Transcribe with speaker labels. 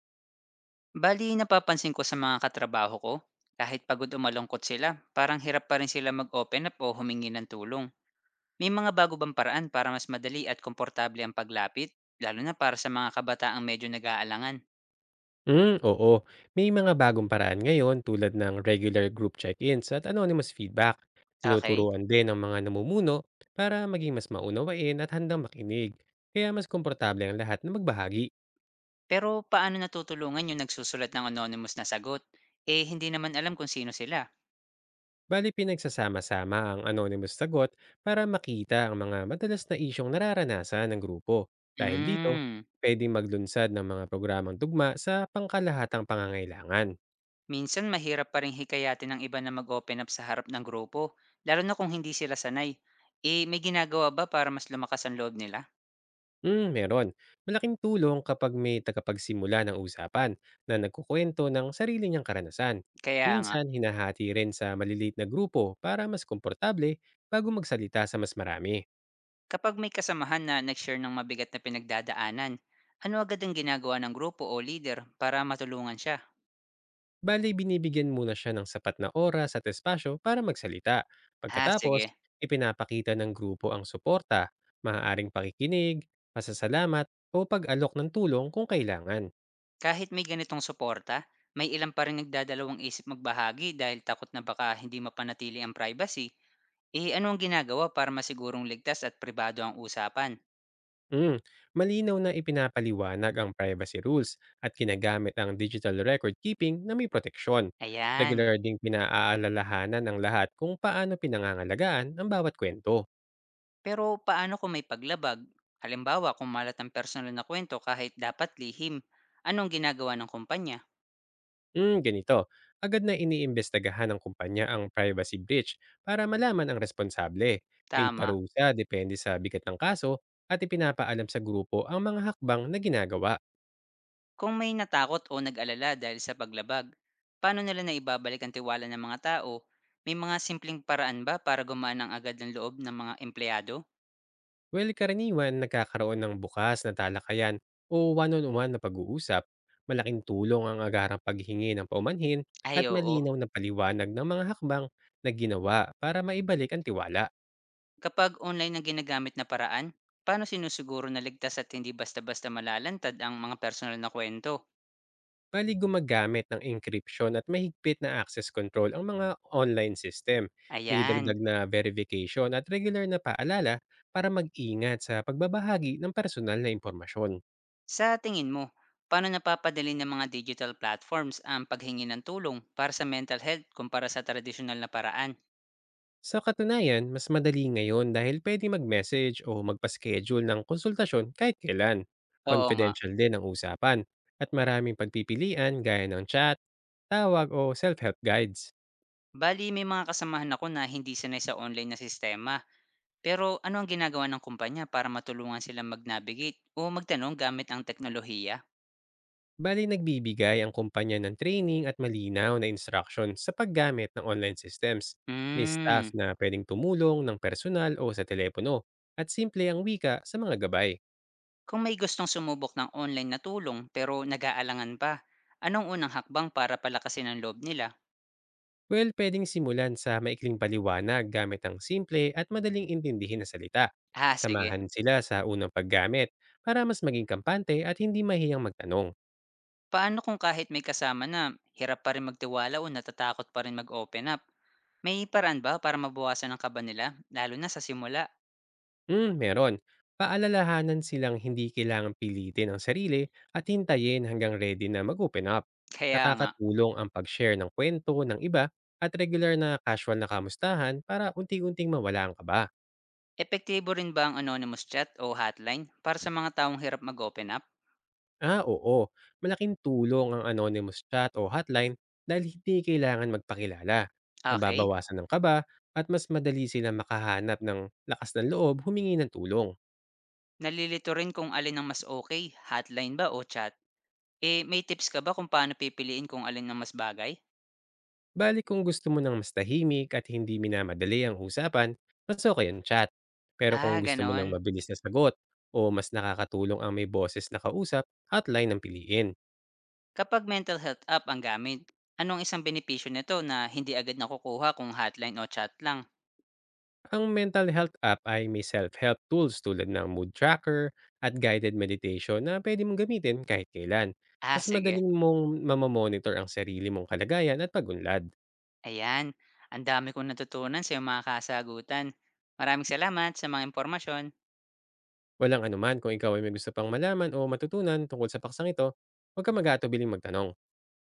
Speaker 1: Bali, napapansin ko sa mga katrabaho ko, kahit pagod o malungkot sila, parang hirap pa rin sila mag-open up o humingi ng tulong. May mga bago bang paraan para mas madali at komportable ang paglapit, lalo na para sa mga kabataang medyo nag-aalangan?
Speaker 2: Hmm, oo. May mga bagong paraan ngayon tulad ng regular group check-ins at anonymous feedback.
Speaker 1: Okay,
Speaker 2: Tinuturuan din ang mga namumuno para maging mas maunawain at handang makinig. Kaya mas komportable ang lahat na magbahagi.
Speaker 1: pero paano natutulungan yung nagsusulat ng anonymous na sagot? Eh, hindi naman alam kung sino sila.
Speaker 2: Bali pinagsasama-sama ang anonymous sagot para makita ang mga madalas na isyong nararanasan ng grupo. Dahil dito,
Speaker 1: Hmm,
Speaker 2: pwedeng maglunsad ng mga programang tugma sa pangkalahatang pangangailangan.
Speaker 1: minsan mahirap pa rin hikayatin ng iba na mag-open up sa harap ng grupo, lalo na kung hindi sila sanay. Eh, may ginagawa ba para mas lumakas ang loob nila?
Speaker 2: Hmm, meron. Malaking tulong kapag may tagapagsimula ng usapan na nagkukwento ng sarili niyang karanasan.
Speaker 1: Kaya nga.
Speaker 2: Minsan, hinahati rin sa maliliit na grupo para mas komportable bago magsalita sa mas marami.
Speaker 1: Kapag may kasamahan na nag-share ng mabigat na pinagdadaanan, ano agad ang ginagawa ng grupo o leader para matulungan siya?
Speaker 2: Bale, binibigyan muna siya ng sapat na oras at espasyo para magsalita.
Speaker 1: Ha,
Speaker 2: Pagkatapos,
Speaker 1: sige.
Speaker 2: ipinapakita ng grupo ang suporta, maaaring pakikinig, pasasalamat o pag-alok ng tulong kung kailangan.
Speaker 1: Kahit may ganitong suporta, may ilan pa rin nagdadalawang isip magbahagi dahil takot na baka hindi mapanatili ang privacy. Eh ano ang ginagawa para masigurong ligtas at pribado ang usapan?
Speaker 2: Mm, malinaw na ipinapaliwanag ang privacy rules at kinagamit ang digital record keeping na may proteksyon.
Speaker 1: Ayan.
Speaker 2: Regular ding pinaaalalahanan ng lahat kung paano pinangangalagaan ang bawat kwento.
Speaker 1: Pero paano kung may paglabag? Halimbawa, kung malat ang personal na kwento kahit dapat lihim, anong ginagawa ng kumpanya?
Speaker 2: Mm, ganito, agad na iniimbestagahan ng kumpanya ang privacy breach para malaman ang responsable. May
Speaker 1: Tama.
Speaker 2: parusa depende sa bigat ng kaso at ipinapaalam sa grupo ang mga hakbang na ginagawa.
Speaker 1: Kung may natakot o nag-alala dahil sa paglabag, paano nila naibabalik ang tiwala ng mga tao? May mga simpleng paraan ba para gumaan ang agad ng loob ng mga empleyado?
Speaker 2: Well, karaniwan nagkakaroon ng bukas na talakayan o one-on-one na pag-uusap. Malaking tulong ang agarang paghingi ng paumanhin
Speaker 1: Ay
Speaker 2: at
Speaker 1: oo.
Speaker 2: malinaw na paliwanag ng mga hakbang na ginawa para maibalik ang tiwala.
Speaker 1: Kapag online ang ginagamit na paraan, paano sinusiguro na ligtas at hindi basta-basta malalantad ang mga personal na kwento?
Speaker 2: Bali gumagamit ng encryption at mahigpit na access control ang mga online system. May
Speaker 1: Ayan.
Speaker 2: dagdag na verification at regular na paalala para mag-ingat sa pagbabahagi ng personal na impormasyon.
Speaker 1: Sa tingin mo, paano napapadali ng mga digital platforms ang paghingi ng tulong para sa mental health kumpara sa tradisyonal na paraan?
Speaker 2: Sa katunayan, mas madali ngayon dahil pwede mag-message o magpa-schedule ng konsultasyon kahit kailan.
Speaker 1: Oo nga.
Speaker 2: Confidential din ang usapan at maraming pagpipilian gaya ng chat, tawag o self-help guides.
Speaker 1: Bali, may mga kasamahan ako na hindi sanay sa online na sistema. Pero ano ang ginagawa ng kumpanya para matulungan silang mag-navigate o magtanong gamit ang teknolohiya?
Speaker 2: Bali nagbibigay ang kumpanya ng training at malinaw na instruction sa paggamit ng online systems. May staff
Speaker 1: Hmm,
Speaker 2: na pwedeng tumulong ng personal o sa telepono at simple ang wika sa mga gabay.
Speaker 1: kung may gustong sumubok ng online na tulong pero nag-aalangan pa, anong unang hakbang para palakasin ang loob nila?
Speaker 2: Well, pwedeng simulan sa maikling paliwanag gamit ang simple at madaling intindihin na salita.
Speaker 1: Ah, sige.
Speaker 2: Samahan sila sa unang paggamit para mas maging kampante at hindi mahiyang magtanong.
Speaker 1: Paano kung kahit may kasama na hirap pa rin magtiwala o natatakot pa rin mag-open up? May paraan ba para mabawasan ang kaba nila, lalo na sa simula?
Speaker 2: Hmm, meron. Paalalahanan silang hindi kailangang pilitin ang sarili at hintayin hanggang ready na mag-open up.
Speaker 1: Kaya nga.
Speaker 2: Nakakatulong ang pag-share ng kwento ng iba at regular na casual na kamustahan para unti-unting mawala ang kaba.
Speaker 1: Epektibo rin ba ang anonymous chat o hotline para sa mga taong hirap mag-open up?
Speaker 2: Ah, oo. Malaking tulong ang anonymous chat o hotline dahil hindi kailangan magpakilala.
Speaker 1: Okay.
Speaker 2: Nababawasan ng kaba at mas madali sila makahanap ng lakas ng loob humingi ng tulong.
Speaker 1: Nalilito rin kung alin ang mas okay, hotline ba o chat? Eh, may tips ka ba kung paano pipiliin kung alin ang mas bagay?
Speaker 2: Balik kung gusto mo ng mas tahimik at hindi minamadali ang usapan, mas okay ang chat. Pero kung
Speaker 1: Ah,
Speaker 2: gusto mo ng
Speaker 1: gano'n.
Speaker 2: mabilis na sagot o mas nakakatulong ang may boses na kausap, hotline ang piliin.
Speaker 1: Kapag mental health app ang gamit, anong isang benepisyo nito na hindi agad nakukuha kung hotline o chat lang?
Speaker 2: Ang mental health app ay may self-help tools tulad ng mood tracker at guided meditation na pwede mong gamitin kahit kailan.
Speaker 1: Ah,
Speaker 2: Mas
Speaker 1: sige.
Speaker 2: madaling mong mamamonitor ang sarili mong kalagayan at pagunlad.
Speaker 1: Ayan, ang dami kong natutunan sa iyong mga kasagutan. Maraming salamat sa mga impormasyon.
Speaker 2: Walang anuman kung ikaw ay may gusto pang malaman o matutunan tungkol sa paksang ito, huwag ka mag-aatubiling magtanong.